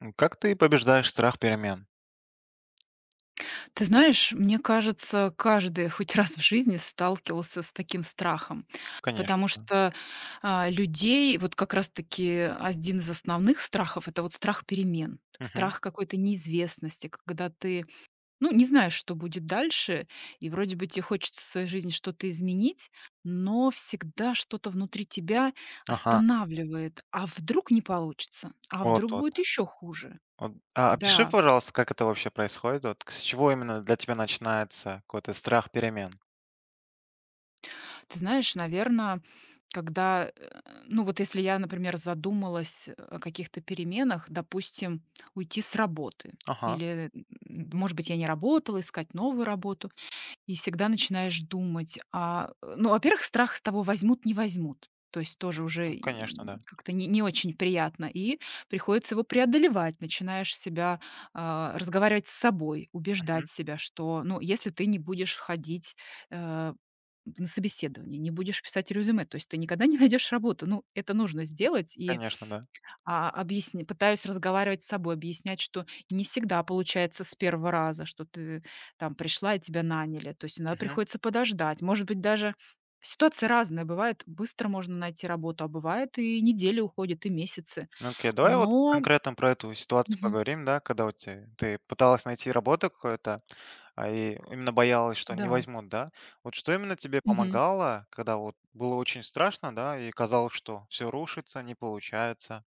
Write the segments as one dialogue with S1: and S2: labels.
S1: Как ты побеждаешь страх перемен?
S2: Ты знаешь, мне кажется, каждый хоть раз в жизни сталкивался с таким страхом, потому
S1: Конечно.
S2: что, людей вот как раз таки один из основных страхов- это вот страх перемен,
S1: Мгм.
S2: страх какой-то неизвестности, когда ты, ну, не знаешь, что будет дальше, и вроде бы тебе хочется в своей жизни что-то изменить, но всегда что-то внутри тебя
S1: Ага.
S2: останавливает. А вдруг не получится? А
S1: Вот,
S2: вдруг
S1: вот.
S2: будет еще хуже?
S1: Вот. А опиши,
S2: Да.
S1: пожалуйста, как это вообще происходит? Вот с чего именно для тебя начинается какой-то страх перемен?
S2: Ты знаешь, наверное, когда, ну, вот если я, например, задумалась о каких-то переменах, допустим, уйти с работы
S1: Ага.
S2: или, может быть, я не работала, искать новую работу, и всегда начинаешь думать, ну, во-первых, страх с того, возьмут, не возьмут. То есть тоже уже
S1: Ну, конечно,
S2: и
S1: да.
S2: как-то не очень приятно, и приходится его преодолевать. Начинаешь себя, разговаривать с собой,
S1: Мгм.
S2: убеждать себя, что, ну, если ты не будешь ходить, э, на собеседовании, не будешь писать резюме. То есть ты никогда не найдешь работу. Ну, это нужно сделать. И
S1: Конечно, да.
S2: объясни, пытаюсь разговаривать с собой, объяснять, что не всегда получается с первого раза, что ты там пришла и тебя наняли. То есть иногда
S1: Мгм.
S2: приходится подождать. Может быть, даже ситуации разные. Бывает, быстро можно найти работу, а бывает и недели уходят, и месяцы.
S1: Ну, окей, давай вот
S2: Но.
S1: конкретно про эту ситуацию
S2: Мгм.
S1: поговорим, да, когда вот те ты пыталась найти работу какую-то, и именно боялась, что
S2: Да.
S1: не возьмут, да? Вот что именно тебе
S2: Мгм.
S1: помогало, когда вот было очень страшно, да, и казалось, что все рушится, не получается?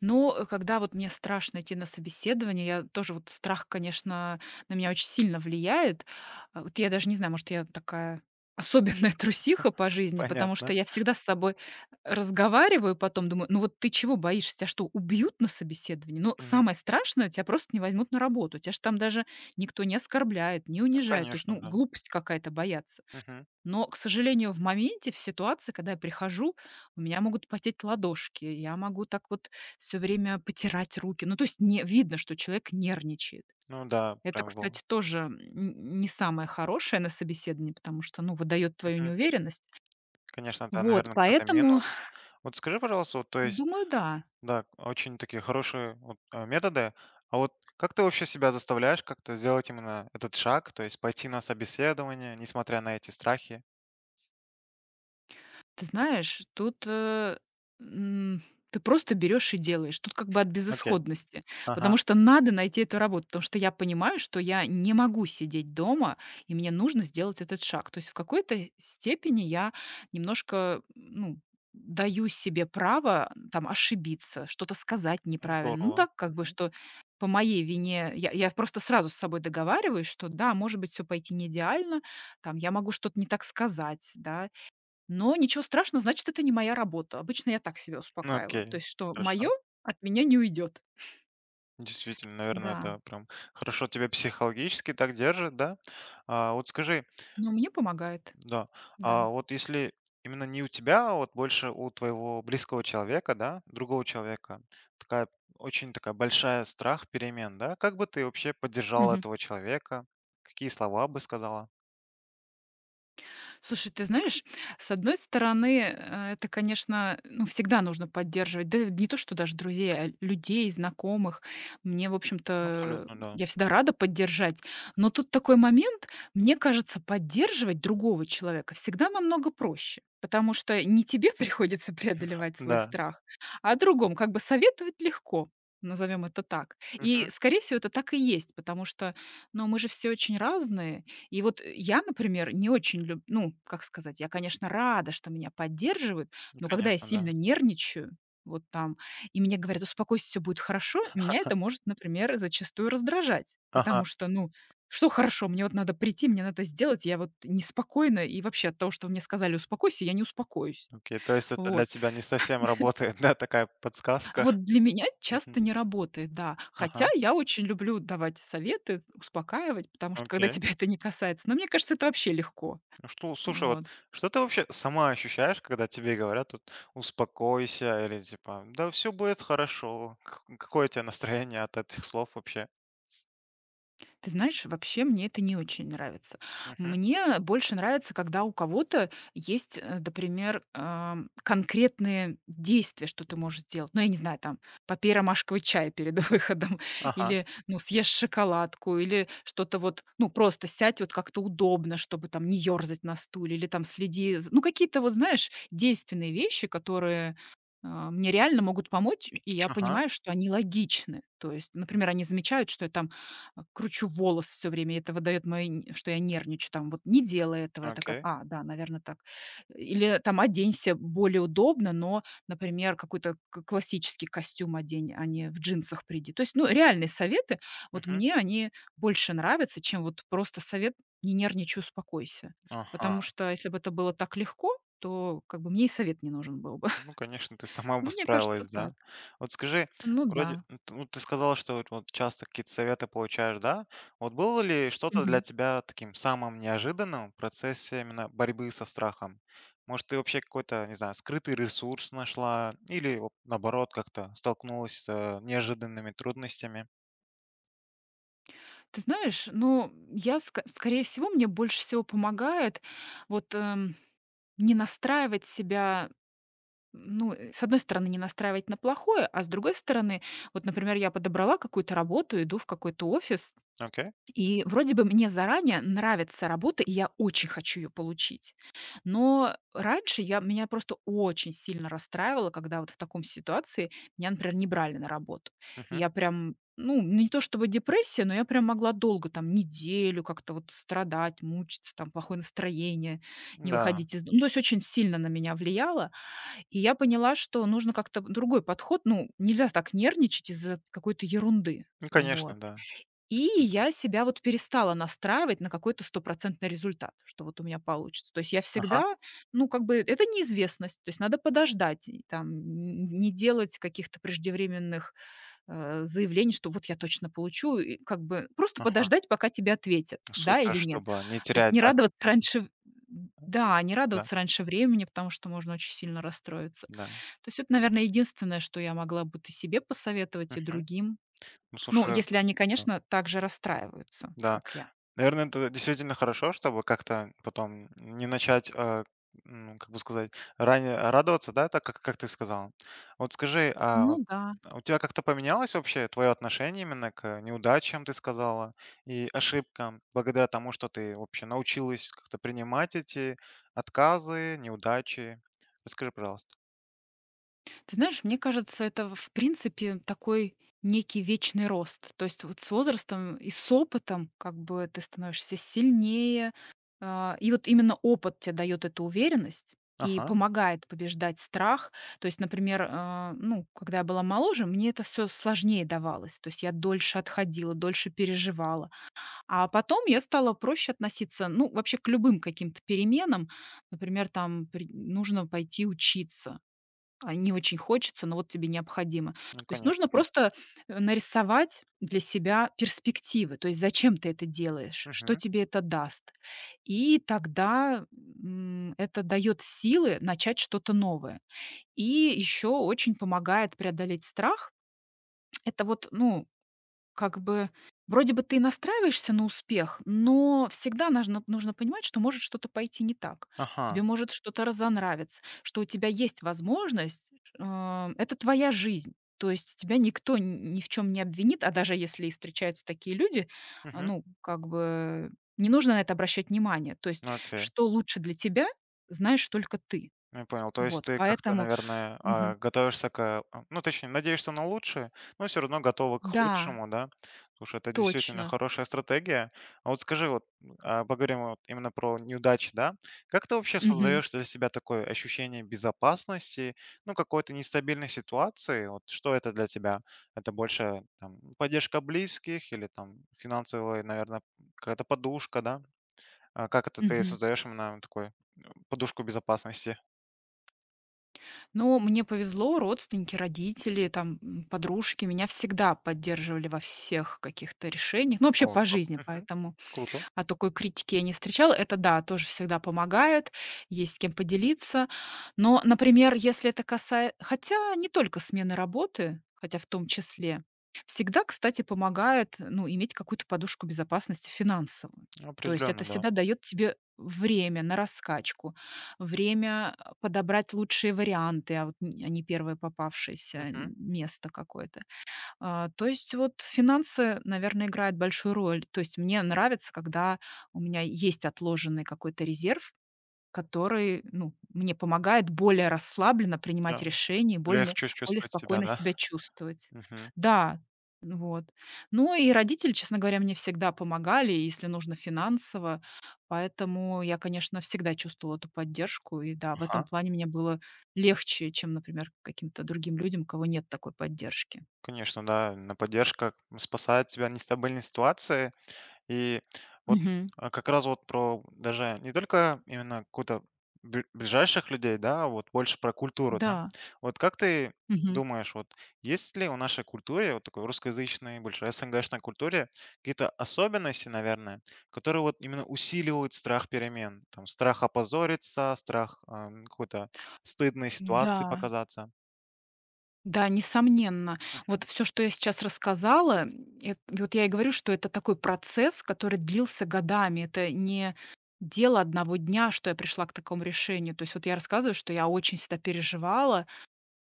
S2: Но, когда вот мне страшно идти на собеседование, я тоже вот страх, конечно, на меня очень сильно влияет. Вот я даже не знаю, может, я такая особенная трусиха по жизни, потому
S1: Понятно.
S2: что я всегда с собой разговариваю, потом думаю: "Ну вот ты чего боишься? Тебя что, убьют на собеседовании?" Ну,
S1: Мгм.
S2: самое страшное, тебя просто не возьмут на работу. Тебя ж там даже никто не оскорбляет, не
S1: Ну,
S2: унижает. То есть,
S1: конечно,
S2: ну,
S1: да.
S2: глупость какая-то бояться.
S1: Мгм.
S2: Но, к сожалению, в моменте, в ситуации, когда я прихожу, у меня могут потеть ладошки, я могу так вот все время потирать руки. Ну, то есть не видно, что человек нервничает.
S1: Ну да,
S2: Это,
S1: прям был.
S2: кстати, тоже н не самое хорошее на собеседовании, потому что, ну, выдает твою
S1: Мгм.
S2: неуверенность.
S1: Конечно, да,
S2: Вот,
S1: наверное, какой-то
S2: поэтому,
S1: минус. Вот скажи, пожалуйста, вот, то есть,
S2: думаю, да.
S1: да, очень такие хорошие вот, методы. А вот как ты вообще себя заставляешь как-то сделать именно этот шаг, то есть пойти на собеседование, несмотря на эти страхи?
S2: Ты знаешь, тут, м, ты просто берешь и делаешь. Тут как бы от
S1: Окей.
S2: безысходности,
S1: Ага.
S2: потому что надо найти эту работу, потому что я понимаю, что я не могу сидеть дома, и мне нужно сделать этот шаг. То есть в какой-то степени я немножко, ну, даю себе право там ошибиться, что-то сказать
S1: Ну,
S2: неправильно. Ну
S1: здорово.
S2: да, как бы
S1: Мгм.
S2: что по моей вине я просто сразу с собой договариваюсь, что да, может быть, все пойти не идеально, там я могу что-то не так сказать, да, но ничего страшного, значит, это не моя работа. Обычно я так себя
S1: Ну,
S2: успокаиваю.
S1: окей.
S2: То есть, что мое
S1: Хорошо.
S2: от меня не уйдет.
S1: Действительно, наверное,
S2: Да,
S1: это прям хорошо тебя психологически так держит, да? Вот скажи,
S2: но мне помогает.
S1: да.
S2: Да.
S1: А вот если именно не у тебя, а вот больше у твоего близкого человека, да, другого человека, такая очень такая большая страх перемен, да, как бы ты вообще поддержала
S2: Мгм.
S1: этого человека? Какие слова бы сказала?
S2: Слушай, ты знаешь, с одной стороны, это, конечно, ну, всегда нужно поддерживать. Да не то, что даже друзей, а людей, знакомых. Мне, в
S1: Ну,
S2: общем-то,
S1: абсолютно, да.
S2: я всегда рада поддержать. Но тут такой момент, мне кажется, поддерживать другого человека всегда намного проще. Потому что не тебе приходится преодолевать свой
S1: Да.
S2: страх, а другому. Как бы советовать легко, назовем это так.
S1: Мгм.
S2: И, скорее всего, это так и есть, потому что, ну, мы же все очень разные, и вот я, например, не очень люблю, ну, как сказать, я, конечно, рада, что меня поддерживают,
S1: Ну,
S2: но когда я
S1: конечно, да.
S2: сильно нервничаю, вот там, и мне говорят: "Успокойся, все будет хорошо", меня это может, например, зачастую раздражать.
S1: Ага,
S2: Потому что, ну, что хорошо? Мне вот надо прийти, мне надо сделать, я вот неспокойна, и вообще от того, что мне сказали: "Успокойся", я не успокоюсь.
S1: окей. То есть это для
S2: Вот.
S1: тебя не совсем работает, да, такая подсказка?
S2: Вот для меня
S1: Мгм.
S2: часто не работает, да. Хотя
S1: Ага,
S2: я очень люблю давать советы, успокаивать, потому что когда
S1: окей.
S2: тебя это не касается, но мне кажется, это вообще легко.
S1: Ну что, слушай, вот
S2: Вот.
S1: что ты вообще сама ощущаешь, когда тебе говорят, тут, успокойся или типа, да все будет хорошо. Какое у тебя настроение от этих слов вообще?
S2: Ты знаешь, вообще мне это не очень нравится.
S1: Мгм.
S2: Мне больше нравится, когда у кого-то есть, например, конкретные действия, что ты можешь сделать. Ну, я не знаю, там, попей ромашковый чай перед выходом,
S1: Ага,
S2: или, ну, съешь шоколадку, или что-то вот, ну, просто сядь вот как-то удобно, чтобы там не ерзать на стуле, или там следи. Ну, какие-то вот, знаешь, действенные вещи, которые мне реально могут помочь, и я
S1: ага,
S2: понимаю, что они логичны. То есть, например, они замечают, что я там кручу волосы все время, и это выдает моё нь что я нервничаю, там вот: "Не делай этого". Я такая:
S1: окей.
S2: "А, да, наверное, так". Или там: "Оденься более удобно, но, например, какой-то к классический костюм одень, а не в джинсах приди". То есть, ну, реальные советы, вот
S1: Мгм.
S2: мне они больше нравятся, чем вот просто совет: "Не нервничай, успокойся".
S1: Ага.
S2: Потому что если бы это было так легко, то как бы мне и совет не нужен был бы.
S1: Ну, конечно, ты сама бы
S2: Мне кажется,
S1: справилась, да.
S2: так.
S1: Вот скажи,
S2: Ну да.
S1: вроде, ну, ты сказала, что вот часто какие-то советы получаешь, да? Вот было ли что-то для тебя таким самым неожиданным в процессе именно борьбы со страхом? Может, ты вообще какой-то, не знаю, скрытый ресурс нашла или вот наоборот как-то столкнулась с неожиданными трудностями?
S2: Ты знаешь, ну, я, ска скорее всего, мне больше всего помогает вот, не настраивать себя, ну, с одной стороны, не настраивать на плохое, а с другой стороны, вот, например, я подобрала какую-то работу, иду в какой-то офис,
S1: Окей?
S2: и вроде бы мне заранее нравится работа, и я очень хочу ее получить. Но раньше я меня просто очень сильно расстраивало, когда вот в таком ситуации меня, например, не брали на работу. И
S1: Мгм.
S2: я прям, ну, не то чтобы депрессия, но я прям могла долго, там, неделю как-то вот страдать, мучиться, там, плохое настроение, не
S1: Да.
S2: выходить Ну, то есть очень сильно на меня влияло. И я поняла, что нужно как-то другой подход. Ну, нельзя так нервничать из-за какой-то ерунды.
S1: Ну, конечно,
S2: Вот.
S1: да.
S2: И я себя вот перестала настраивать на какой-то стопроцентный результат, что вот у меня получится. То есть я
S1: Ага,
S2: всегда, ну, как бы, это неизвестность, то есть надо подождать, и там, не делать каких-то преждевременных заявлений, что вот я точно получу, и как бы просто
S1: ага.
S2: подождать, пока тебе ответят, да
S1: Супер,
S2: или нет.
S1: чтобы не
S2: То есть
S1: терять,
S2: не
S1: да,
S2: радоваться
S1: как-то.
S2: раньше, да, не
S1: Да,
S2: радоваться раньше времени, потому что можно очень сильно расстроиться.
S1: да.
S2: То есть это, наверное, единственное, что я могла бы и себе посоветовать, и
S1: Мгм.
S2: другим.
S1: Ну,
S2: Ну,
S1: слушай,
S2: если они,
S1: да.
S2: конечно, так же расстраиваются,
S1: Да.
S2: как я.
S1: Наверное, это действительно хорошо, чтобы как-то потом не начать, ну, как бы сказать, ранее радоваться, да, так как ты сказал. Вот скажи, а
S2: Ну
S1: вот
S2: да.
S1: а у тебя как-то поменялось вообще твое отношение именно к неудачам, ты сказала, и ошибкам, благодаря тому, что ты вообще научилась как-то принимать эти отказы, неудачи? Расскажи, пожалуйста.
S2: Ты знаешь, мне кажется, это в принципе такой некий вечный рост. То есть вот с возрастом и с опытом как бы ты становишься сильнее. И вот именно опыт тебе дает эту уверенность и
S1: Ага,
S2: помогает побеждать страх. То есть, например, ну, когда я была моложе, мне это все сложнее давалось. То есть я дольше отходила, дольше переживала. А потом я стала проще относиться, ну, вообще к любым каким-то переменам. Например, там нужно пойти учиться. А не очень хочется, но вот тебе необходимо. То
S1: ну
S2: есть нужно
S1: конечно, да.
S2: просто нарисовать для себя перспективы. То есть зачем ты это делаешь, что
S1: Мгм.
S2: тебе это даст. И тогда это дает силы начать что-то новое. И еще очень помогает преодолеть страх. Это вот, ну, как бы вроде бы ты настраиваешься на успех, но всегда нужно понимать, что может что-то пойти не так.
S1: Ага.
S2: Тебе может что-то разонравиться, что у тебя есть возможность, э, это твоя жизнь. То есть тебя никто н ни в чем не обвинит, а даже если и встречаются такие люди,
S1: Мгм.
S2: ну, как бы не нужно на это обращать внимание. То есть
S1: Окей.
S2: что лучше для тебя, знаешь только ты.
S1: Ну, я понял. То есть
S2: Вот,
S1: ты как-то,
S2: поэтому.
S1: наверное,
S2: Мгм.
S1: готовишься к, ну, точнее, надеешься на лучшее, но все равно готова к
S2: Да,
S1: худшему, да? Слушай, это действительно
S2: точно.
S1: хорошая стратегия. А вот скажи, вот поговорим вот именно про неудачи, да? Как ты вообще
S2: Мгм.
S1: создаешь для себя такое ощущение безопасности, ну, какой-то нестабильной ситуации? Вот что это для тебя? Это больше там, поддержка близких или там финансовая, наверное, какая-то подушка, да? А как это ты
S2: Мгм.
S1: создаешь именно такую э, подушку безопасности?
S2: Но мне повезло, родственники, родители, там, подружки меня всегда поддерживали во всех каких-то решениях, ну, вообще
S1: Вот
S2: по
S1: как.
S2: жизни,
S1: Мгм.
S2: поэтому
S1: Круто.
S2: такой критики я не встречала. Это да, тоже всегда помогает, есть с кем поделиться. Но, например, если это касается, хотя не только смены работы, хотя в том числе, всегда, кстати, помогает, ну, иметь какую-то подушку безопасности финансовую. То есть
S1: Определенно,
S2: это
S1: да.
S2: всегда дает тебе время на раскачку, время, подобрать лучшие варианты, а вот н а не первое попавшееся
S1: Мгм.
S2: место какое-то. А, то есть вот финансы, наверное, играют большую роль. То есть мне нравится, когда у меня есть отложенный какой-то резерв, который, ну, мне помогает более расслабленно принимать
S1: Да.
S2: решения, более,
S1: Легче
S2: более
S1: чувствовать себя,
S2: спокойно
S1: да?
S2: себя чувствовать.
S1: Мгм.
S2: Да, ну вот. Ну и родители, честно говоря, мне всегда помогали, если нужно финансово, поэтому я, конечно, всегда чувствовала эту поддержку, и да, в этом
S1: Ага.
S2: плане мне было легче, чем, например, каким-то другим людям, у кого нет такой поддержки.
S1: Конечно, да, на поддержка спасает тебя от нестабильной ситуации. И вот,
S2: Мгм.
S1: как раз вот про даже не только именно какую-то бль ближайших людей, да, а вот больше про культуру, да.
S2: Да,
S1: Вот как ты
S2: мгм.
S1: думаешь, вот есть ли у нашей культуре, вот такой русскоязычной, больше СНГшной культуре, какие-то особенности, наверное, которые вот именно усиливают страх перемен? Там страх опозориться, страх, какой-то стыдной ситуации
S2: Да,
S1: показаться.
S2: да, несомненно.
S1: Мгм.
S2: Вот все, что я сейчас рассказала, эт вот я и говорю, что это такой процесс, который длился годами. Это не дело одного дня, что я пришла к такому решению. То есть вот я рассказываю, что я очень всегда переживала,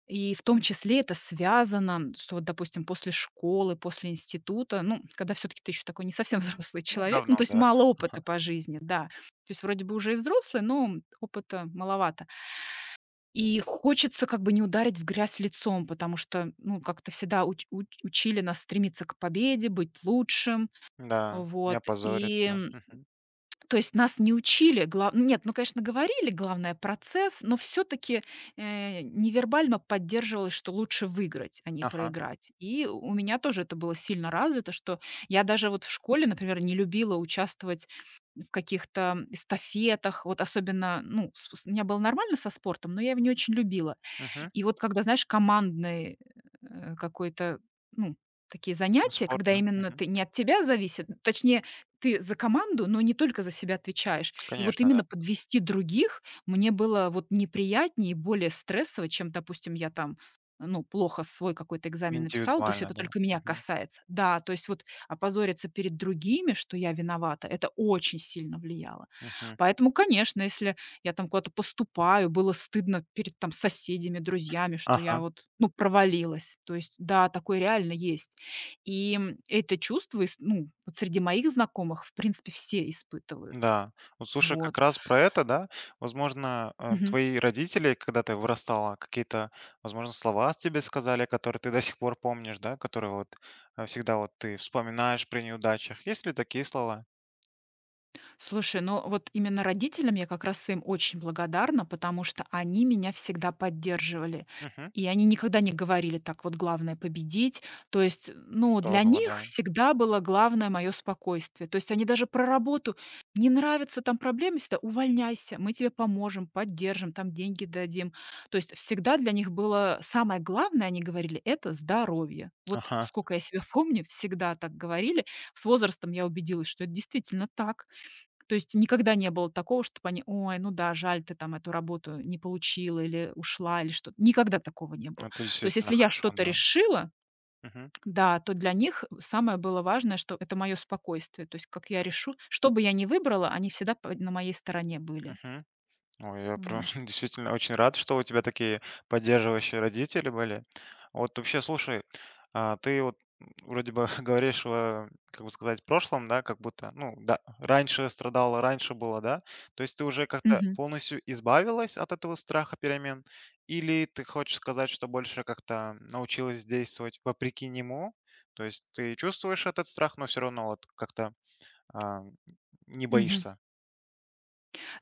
S2: и в том числе это связано, что вот, допустим, после школы, после института, ну, когда все таки ты еще такой не совсем взрослый
S1: Ну,
S2: человек, ну,
S1: давно,
S2: то есть
S1: да.
S2: мало опыта
S1: Ага.
S2: по жизни, да. То есть вроде бы уже и взрослый, но опыта маловато. И хочется как бы не ударить в грязь лицом, потому что, ну, как-то всегда учили нас стремиться к победе, быть лучшим,
S1: Да, не
S2: вот. И,
S1: опозориться. Мгм.
S2: то есть нас не учили, нет, ну, конечно, говорили, главное процесс, но все-таки невербально поддерживалось, что лучше выиграть, а не
S1: Ага.
S2: проиграть. И у меня тоже это было сильно развито, что я даже вот в школе, например, не любила участвовать в каких-то эстафетах, вот особенно, ну, у меня было нормально со спортом, но я его не очень любила.
S1: Мгм.
S2: И вот когда, знаешь, командный, какой-то, ну, такие
S1: Ну,
S2: занятия,
S1: спорт,
S2: когда
S1: да.
S2: именно ты не от тебя зависит, точнее, ты за команду, но не только за себя отвечаешь. И вот
S1: Конечно, да.
S2: именно подвести других мне было вот неприятнее и более стрессово, чем, допустим, я там, ну, плохо свой какой-то экзамен написала, то есть
S1: Индивидуально,
S2: это
S1: да.
S2: только меня
S1: Мгм.
S2: касается. Да, то есть вот опозориться перед другими, что я виновата, это очень сильно влияло.
S1: Мгм.
S2: Поэтому, конечно, если я там куда-то поступаю, было стыдно перед там соседями, друзьями, что я
S1: Ага,
S2: вот, ну, провалилась. То есть, да, такое реально есть. И, это чувство, ис ну, вот среди моих знакомых, в принципе, все испытывают.
S1: да. Вот слушай, как
S2: Вот.
S1: раз про это, да, возможно, твои родители, когда ты вырастала, какие-то, возможно, слова тебе сказали, которые ты до сих пор помнишь, да, которые вот всегда вот ты вспоминаешь при неудачах. Есть ли такие слова?
S2: Слушай, ну вот именно родителям я как раз им очень благодарна, потому что они меня всегда поддерживали.
S1: Мгм.
S2: И они никогда не говорили так, вот главное победить. То есть, ну, для
S1: Здорово,
S2: них
S1: да.
S2: всегда было главное мое спокойствие. То есть они даже про работу, не нравится там проблемы, всегда увольняйся, мы тебе поможем, поддержим, там деньги дадим. То есть всегда для них было самое главное, они говорили, это здоровье. Вот
S1: Ага.
S2: сколько я себя помню, всегда так говорили. С возрастом я убедилась, что это действительно так. То есть никогда не было такого, чтобы они: "Ой, ну да, жаль, ты там эту работу не получила или ушла, или что-то". Никогда такого не было.
S1: Это
S2: То есть
S1: действительно
S2: если я
S1: хорошо,
S2: что-то
S1: да.
S2: решила,
S1: Мгм.
S2: да, то для них самое было важное, что это мое спокойствие. То есть как я решу, что бы я ни выбрала, они всегда п на моей стороне были.
S1: Мгм. Ой, я прям
S2: Вот.
S1: действительно очень рад, что у тебя такие поддерживающие родители были. Вот вообще, слушай, ты вот вроде бы говоришь, как бы сказать, прошлом, да, как будто, ну, да, раньше страдала, раньше было, да? То есть ты уже как-то
S2: Мгм.
S1: полностью избавилась от этого страха перемен? Или ты хочешь сказать, что больше как-то научилась действовать вопреки нему? То есть ты чувствуешь этот страх, но все равно вот как-то а, не
S2: Мгм.
S1: боишься.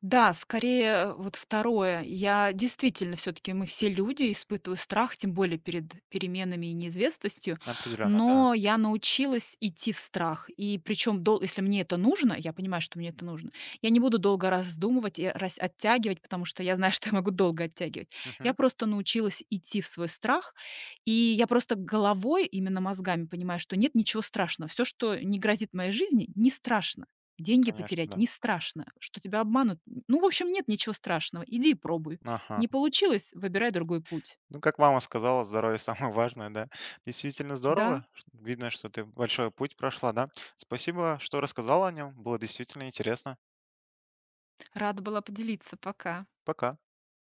S2: Да, скорее вот второе. Я действительно, все-таки мы все люди, испытываю страх, тем более перед переменами и неизвестностью,
S1: Определенно, да.
S2: но я научилась идти в страх. И причем, если мне это нужно, я понимаю, что мне это нужно, я не буду долго раздумывать и оттягивать, потому что я знаю, что я могу долго оттягивать. Я
S1: Мгм.
S2: просто научилась идти в свой страх, и я просто головой, именно мозгами понимаю, что нет ничего страшного. Все, что не грозит моей жизни, не страшно. Деньги
S1: Конечно,
S2: потерять
S1: да.
S2: не страшно, что тебя обманут. Н Ну, в общем, нет ничего страшного. Иди и пробуй.
S1: Ага.
S2: Не получилось- выбирай другой путь.
S1: Ну, как мама сказала, здоровье самое важное, да. Действительно
S2: Да,
S1: здорово. Видно, что ты большой путь прошла, да. Спасибо, что рассказала о нем. Было действительно интересно.
S2: рада была поделиться. Пока.
S1: Пока.